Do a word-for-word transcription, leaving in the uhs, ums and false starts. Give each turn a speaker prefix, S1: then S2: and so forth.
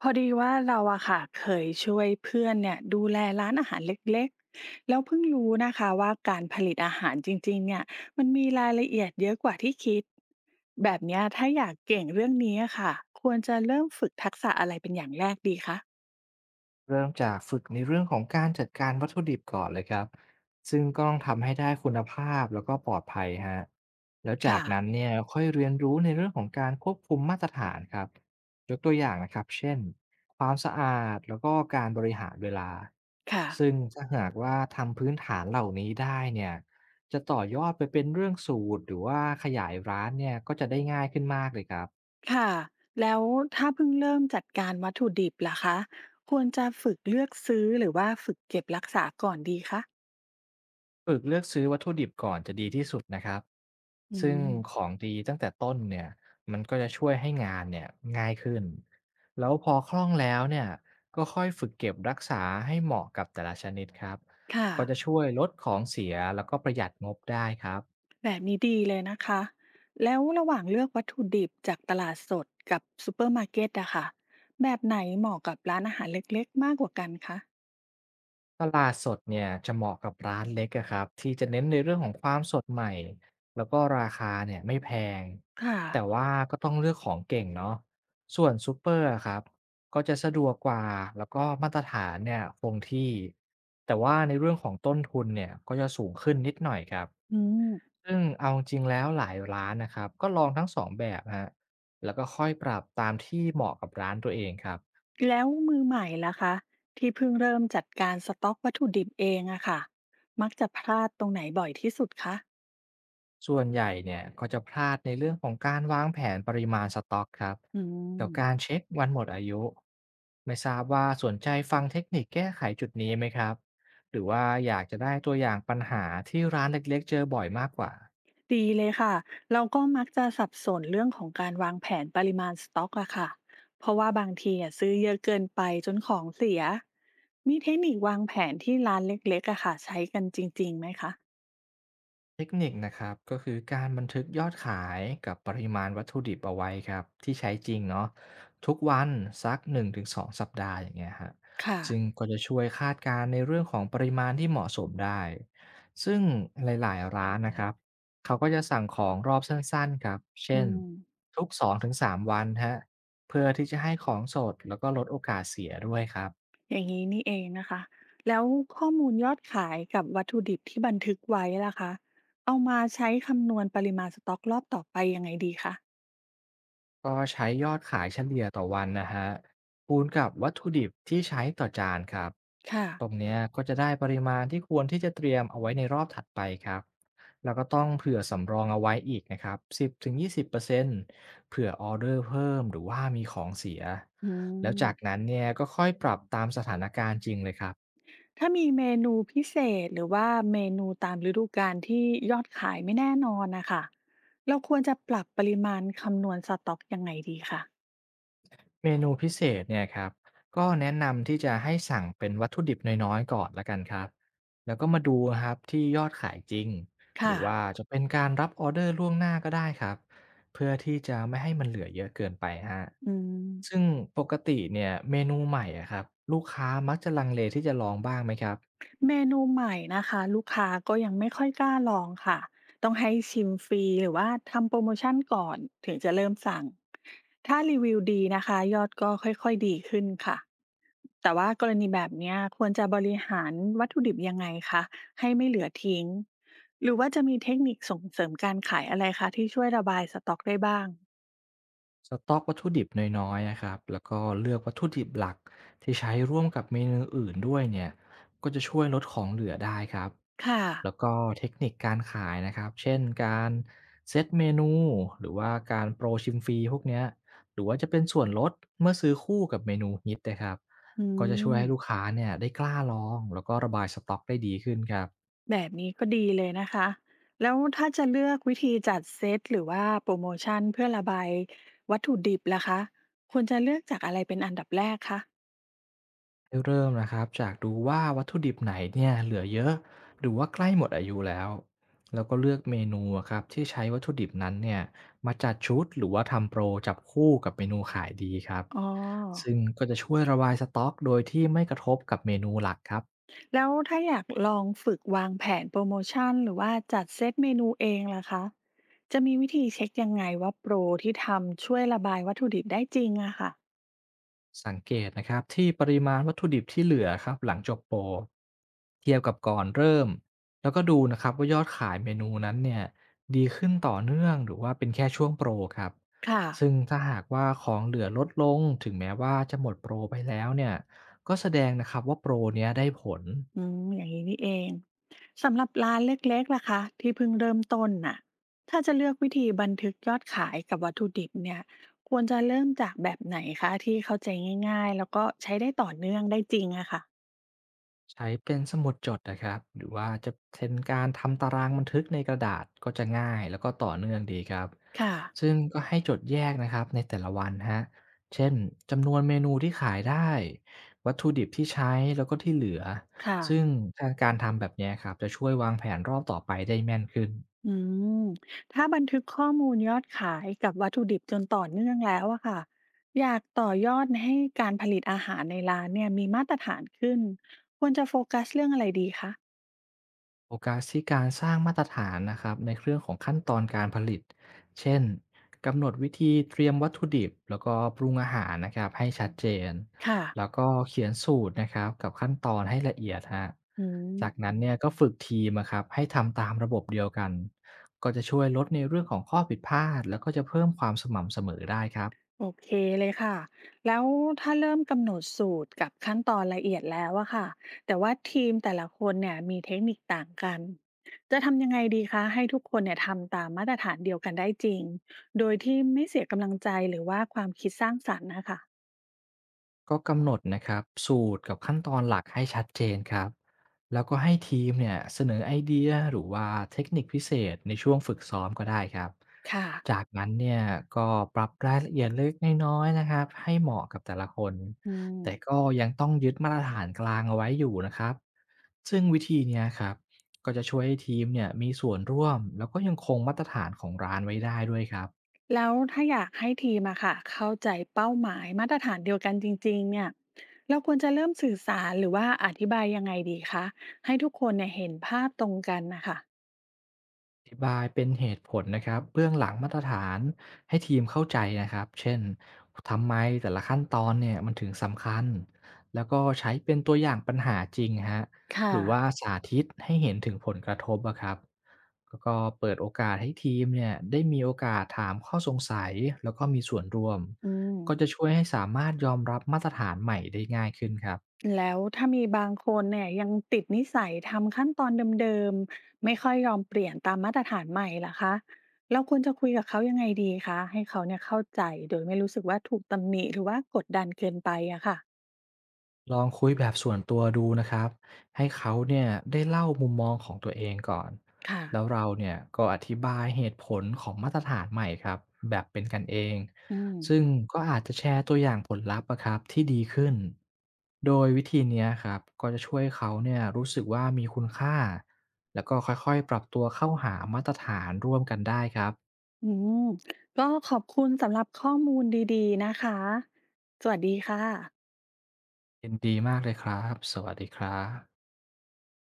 S1: พอดีว่าเราอะค่ะเคยช่วยเพื่อนเนี่ยดูแลร้านอาหารเล็กๆแล้วเพิ่งรู้นะคะว่าการผลิตอาหารจริงๆเนี่ยมันมีรายละเอียดเยอะกว่าที่คิดแบบเนี้ยถ้าอยากเก่งเรื่องนี้อะค่ะควรจะเริ่มฝึกทักษะอะไรเป็นอย่างแรกดีคะ
S2: เริ่มจากฝึกในเรื่องของการจัดการวัตถุดิบก่อนเลยครับซึ่งก็ต้องทำให้ได้คุณภาพแล้วก็ปลอดภัยฮะแล้วจา
S1: ค่ะ
S2: กนั้นเนี่ยค่อยเรียนรู้ในเรื่องของการควบคุมมาตรฐานครับยกตัวอย่างนะครับเช่นความสะอาดแล้วก็การบริหารเวลา
S1: ค่ะ
S2: ซึ่งถ้าหากว่าทำพื้นฐานเหล่านี้ได้เนี่ยจะต่อยอดไปเป็นเรื่องสูตรหรือว่าขยายร้านเนี่ยก็จะได้ง่ายขึ้นมากเลยครับ
S1: ค่ะแล้วถ้าเพิ่งเริ่มจัดการวัตถุดิบล่ะคะควรจะฝึกเลือกซื้อหรือว่าฝึกเก็บรักษาก่อนดีคะ
S2: ฝึกเลือกซื้อวัตถุดิบก่อนจะดีที่สุดนะครับ
S1: อื
S2: ซึ่งข
S1: ม
S2: องดีตั้งแต่ต้นเนี่ยมันก็จะช่วยให้งานเนี่ยง่ายขึ้นแล้วพอคล่องแล้วเนี่ยก็ค่อยฝึกเก็บรักษาให้เหมาะกับแต่ละชนิดครับ
S1: ค่ะ
S2: ก็จะช่วยลดของเสียแล้วก็ประหยัดงบได้ครับ
S1: แบบนี้ดีเลยนะคะ แล้วระหว่างเลือกวัตถุดิบจากตลาดสดกับซูเปอร์มาร์เก็ตอะค่ะแบบไหนเหมาะกับร้านอาหารเล็กๆมากกว่ากันคะ
S2: ตลาดสดเนี่ยจะเหมาะกับร้านเล็กอะครับที่จะเน้นในเรื่องของความสดใหม่แล้วก็ราคาเนี่ยไม่แพง
S1: ค่ะ
S2: แต่ว่าก็ต้องเลือกของเก่งเนาะส่วนซูเปอร์อะครับก็จะสะดวกกว่าแล้วก็มาตรฐานเนี่ยคงที่แต่ว่าในเรื่องของต้นทุนเนี่ยก็จะสูงขึ้นนิดหน่อยครับ
S1: อืม
S2: ซึ่งเอาจริงแล้วหลายร้านนะครับก็ลองทั้งสองแบบฮะแล้วก็ค่อยปรับตามที่เหมาะกับร้านตัวเองครับ
S1: แล้วมือใหม่ล่ะคะ ที่เพิ่งเริ่มจัดการสต็อกวัตถุดิบเองอะค่ะมักจะพลาดตรงไหนบ่อยที่สุดคะ
S2: ส่วนใหญ่เนี่ยก็จะพลาดในเรื่องของการวางแผนปริมาณสต็อกครับ
S1: อื
S2: กับการ
S1: ม
S2: เช็ควันหมดอายุไม่ทราบว่าสนใจฟังเทคนิคแก้ไขจุดนี้ไหมครับหรือว่าอยากจะได้ตัวอย่างปัญหาที่ร้านเล็กๆเจอบ่อยมากกว่า
S1: ดีเลยค่ะ เราก็มักจะสับสนเรื่องของการวางแผนปริมาณสต็อกอะค่ะเพราะว่าบางทีอะซื้อเยอะเกินไปจนของเสีย มีเทคนิควางแผนที่ร้านเล็กๆอะค่ะใช้กันจริงๆไหมคะ
S2: เทคนิคนะครับก็คือการบันทึกยอดขายกับปริมาณวัตถุดิบเอาไว้ครับที่ใช้จริงเนาะทุกวันสักหนึ่งถึงสองสองสัปดาห์อย่างเงี้ยฮะ
S1: ค่ะ
S2: ซึ่งก็จะช่วยคาดการณ์ในเรื่องของปริมาณที่เหมาะสมได้ซึ่งหลายๆร้านนะครับเขาก็จะสั่งของรอบสั้นๆครับ
S1: อื
S2: เช่น
S1: ม
S2: ทุกสองถึงสามวันฮะเพื่อที่จะให้ของสดแล้วก็ลดโอกาสเสียด้วยครับ
S1: อย่างนี้นี่เองนะคะ แล้วข้อมูลยอดขายกับวัตถุดิบที่บันทึกไว้ล่ะคะ เอามาใช้คำนวณปริมาณสต็อกรอบต่อไปยังไงดีคะ
S2: ก็ใช้ยอดขายเฉลี่ยต่อวันนะฮะคูณกับวัตถุดิบที่ใช้ต่อจานครับ
S1: ค่ะ
S2: ตรงเนี้ยก็จะได้ปริมาณที่ควรที่จะเตรียมเอาไว้ในรอบถัดไปครับแล้วก็ต้องเผื่อสำรองเอาไว้อีกนะครับสิบถึงยี่สิบเปอร์เซ็นต์เผื่อออเดอร์เพิ่มหรือว่ามีของเสีย
S1: อื
S2: แล้ว
S1: ม
S2: จากนั้นเนี่ยก็ค่อยปรับตามสถานการณ์จริงเลยครับ
S1: ถ้ามีเมนูพิเศษหรือว่าเมนูตามฤดูกาลที่ยอดขายไม่แน่นอนนะคะเราควรจะปรับปริมาณคำนวณสต็อกยังไงดีคะ
S2: เมนูพิเศษเนี่ยครับก็แนะนำที่จะให้สั่งเป็นวัตถุดิบน้อยๆก่อนละกันครับแล้วก็มาดูครับที่ยอดขายจริงหรื
S1: ค่ะ
S2: อว่าจะเป็นการรับออเดอร์ล่วงหน้าก็ได้ครับเพื่อที่จะไม่ให้มันเหลือเยอะเกินไปฮะ
S1: อื
S2: ซึ่ง
S1: ม
S2: ปกติเนี่ยเมนูใหม่อะครับลูกค้ามักจะลังเลที่จะลองบ้างไหมครับ
S1: เมนูใหม่นะคะลูกค้าก็ยังไม่ค่อยกล้าลองค่ะต้องให้ชิมฟรีหรือว่าทำโปรโมชั่นก่อนถึงจะเริ่มสั่งถ้ารีวิวดีนะคะยอดก็ค่อยๆดีขึ้นค่ะแต่ว่ากรณีแบบเนี้ยควรจะบริหารวัตถุดิบยังไงคะให้ไม่เหลือทิ้งหรือว่าจะมีเทคนิคส่งเสริมการขายอะไรคะที่ช่วยระบายสต็อกได้บ้าง
S2: สต๊อกวัตถุดิบน้อยๆนะครับแล้วก็เลือกวัตถุดิบหลักที่ใช้ร่วมกับเมนูอื่นด้วยเนี่ยก็จะช่วยลดของเหลือได้ครับ
S1: ค่ะ
S2: แล้วก็เทคนิคการขายนะครับเช่นการเซตเมนูหรือว่าการโปรชิมฟรีพวกเนี้ยหรือว่าจะเป็นส่วนลดเมื่อซื้อคู่กับเมนูฮิตนะครับ
S1: อื
S2: ก็จะช่วย
S1: ม
S2: ให้ลูกค้าเนี่ยได้กล้าลองแล้วก็ระบายสต็อกได้ดีขึ้นครับ
S1: แบบนี้ก็ดีเลยนะคะ แล้วถ้าจะเลือกวิธีจัดเซตหรือว่าโปรโมชั่นเพื่อระบายวัตถุดิบล่ะคะ ควรจะเลือกจากอะไรเป็นอันดับแรกคะ
S2: ให้เริ่มนะครับจากดูว่าวัตถุดิบไหนเนี่ยเหลือเยอะหรือว่าใกล้หมดอายุแล้วแล้วก็เลือกเมนูอะครับที่ใช้วัตถุดิบนั้นเนี่ยมาจัดชุดหรือว่าทำโปรจับคู่กับเมนูขายดีครับ
S1: อ๋อ
S2: ซึ่งก็จะช่วยระบายสต็อกโดยที่ไม่กระทบกับเมนูหลักครับ
S1: แล้วถ้าอยากลองฝึกวางแผนโปรโมชั่นหรือว่าจัดเซตเมนูเองล่ะคะ จะมีวิธีเช็คยังไงว่าโปรที่ทำช่วยระบายวัตถุดิบได้จริงอะค่ะ
S2: สังเกตนะครับที่ปริมาณวัตถุดิบที่เหลือครับหลังจบโปรเทียบกับก่อนเริ่มแล้วก็ดูนะครับว่ายอดขายเมนูนั้นเนี่ยดีขึ้นต่อเนื่องหรือว่าเป็นแค่ช่วงโปรครับ
S1: ค่ะ
S2: ซึ่งถ้าหากว่าของเหลือลดลงถึงแม้ว่าจะหมดโปรไปแล้วเนี่ยก็แสดงนะครับว่าโปรเนี้ยได้ผล
S1: อืมอย่างนี้นี่เองสำหรับร้านเล็กๆล่ะคะที่เพิ่งเริ่มต้นน่ะถ้าจะเลือกวิธีบันทึกยอดขายกับวัตถุดิบเนี่ยควรจะเริ่มจากแบบไหนคะที่เข้าใจง่ายๆแล้วก็ใช้ได้ต่อเนื่องได้จริงอะค่ะ
S2: ใช้เป็นสมุดจดนะครับหรือว่าจะเป็นการทำตารางบันทึกในกระดาษก็จะง่ายแล้วก็ต่อเนื่องดีครับ
S1: ค่ะ
S2: ซึ่งก็ให้จดแยกนะครับในแต่ละวันฮะเช่นจำนวนเมนูที่ขายได้วัตถุดิบที่ใช้แล้วก็ที่เหลือ
S1: ค่ะ
S2: ซึ่งการทำแบบเนี้ยครับจะช่วยวางแผนรอบต่อไปได้แม่นขึ้น
S1: อืมถ้าบันทึกข้อมูลยอดขายกับวัตถุดิบจนต่อเนื่องแล้วอะค่ะอยากต่อยอดให้การผลิตอาหารในร้านเนี่ยมีมาตรฐานขึ้นควรจะโฟกัสเรื่องอะไรดีคะ
S2: โฟกัสที่การสร้างมาตรฐานนะครับในเรื่องของขั้นตอนการผลิต เช่นกำหนดวิธีเตรียมวัตถุดิบแล้วก็ปรุงอาหารนะครับให้ชัดเจน
S1: ค่ะ
S2: แล้วก็เขียนสูตรนะครับกับขั้นตอนให้ละเอียดฮะ
S1: อื
S2: จาก
S1: ม
S2: นั้นเนี่ยก็ฝึกทีมอะครับให้ทำตามระบบเดียวกันก็จะช่วยลดในเรื่องของข้อผิดพลาดแล้วก็จะเพิ่มความสม่ำเสมอได้ครับ
S1: โอเคเลยค่ะแล้วถ้าเริ่มกำหนดสูตรกับขั้นตอนละเอียดแล้วอะค่ะแต่ว่าทีมแต่ละคนเนี่ยมีเทคนิคต่างกันจะทำยังไงดีคะให้ทุกคนเนี่ยทำตามมาตรฐานเดียวกันได้จริงโดยที่ไม่เสียกำลังใจหรือว่าความคิดสร้างสรรค์นะคะ
S2: ก็กำหนดนะครับสูตรกับขั้นตอนหลักให้ชัดเจนครับแล้วก็ให้ทีมเนี่ยเสนอไอเดียหรือว่าเทคนิคพิเศษในช่วงฝึกซ้อมก็ได้ครับ
S1: ค่ะ
S2: จากนั้นเนี่ยก็ปรับรายละเอียดเล็กน้อยๆนะครับให้เหมาะกับแต่ละคน
S1: อืม
S2: แต่ก็ยังต้องยึดมาตรฐานกลางเอาไว้อยู่นะครับซึ่งวิธีเนี้ยครับก็จะช่วยให้ทีมเนี่ยมีส่วนร่วมแล้วก็ยังคงมาตรฐานของร้านไว้ได้ด้วยครับ
S1: แล้วถ้าอยากให้ทีมอะค่ะเข้าใจเป้าหมายมาตรฐานเดียวกันจริงๆเนี่ยเราควรจะเริ่มสื่อสารหรือว่าอธิบายยังไงดีคะให้ทุกคนเนี่ยเห็นภาพตรงกันนะคะ
S2: อธิบายเป็นเหตุผลนะครับเบื้องหลังมาตรฐานให้ทีมเข้าใจนะครับเช่นทำไมแต่ละขั้นตอนเนี่ยมันถึงสำคัญแล้วก็ใช้เป็นตัวอย่างปัญหาจริงฮะห
S1: ค่ะ
S2: รือว่าสาธิตให้เห็นถึงผลกระทบอะครับแล้วก็เปิดโอกาสให้ทีมเนี่ยได้มีโอกาสถามข้อสงสัยแล้วก็มีส่วนร่วม
S1: อืม
S2: ก็จะช่วยให้สามารถยอมรับมาตรฐานใหม่ได้ง่ายขึ้นครับ
S1: แล้วถ้ามีบางคนเนี่ยยังติดนิสัยทำขั้นตอนเดิมๆไม่ค่อยยอมเปลี่ยนตามมาตรฐานใหม่ล่ะคะเราควรจะคุยกับเขายังไงดีคะให้เขาเนี่ยเข้าใจโดยไม่รู้สึกว่าถูกตำหนิหรือว่ากดดันเกินไปอะค่ะ
S2: ลองคุยแบบส่วนตัวดูนะครับให้เขาเนี่ยได้เล่ามุมมองของตัวเองก่อน
S1: ค่ะ
S2: แล้วเราเนี่ยก็อธิบายเหตุผลของมาตรฐานใหม่ครับแบบเป็นกันเอง
S1: อืม
S2: ซึ่งก็อาจจะแชร์ตัวอย่างผลลัพธ์อะครับที่ดีขึ้นโดยวิธีเนี้ยครับก็จะช่วยเขาเนี่ยรู้สึกว่ามีคุณค่าแล้วก็ค่อยๆปรับตัวเข้าหามาตรฐานร่วมกันได้ครับ
S1: อืมก็ขอบคุณสำหรับข้อมูลดีๆนะคะสวัสดีค่ะ
S2: ยินดีมากเลยครับสวัสดีครับ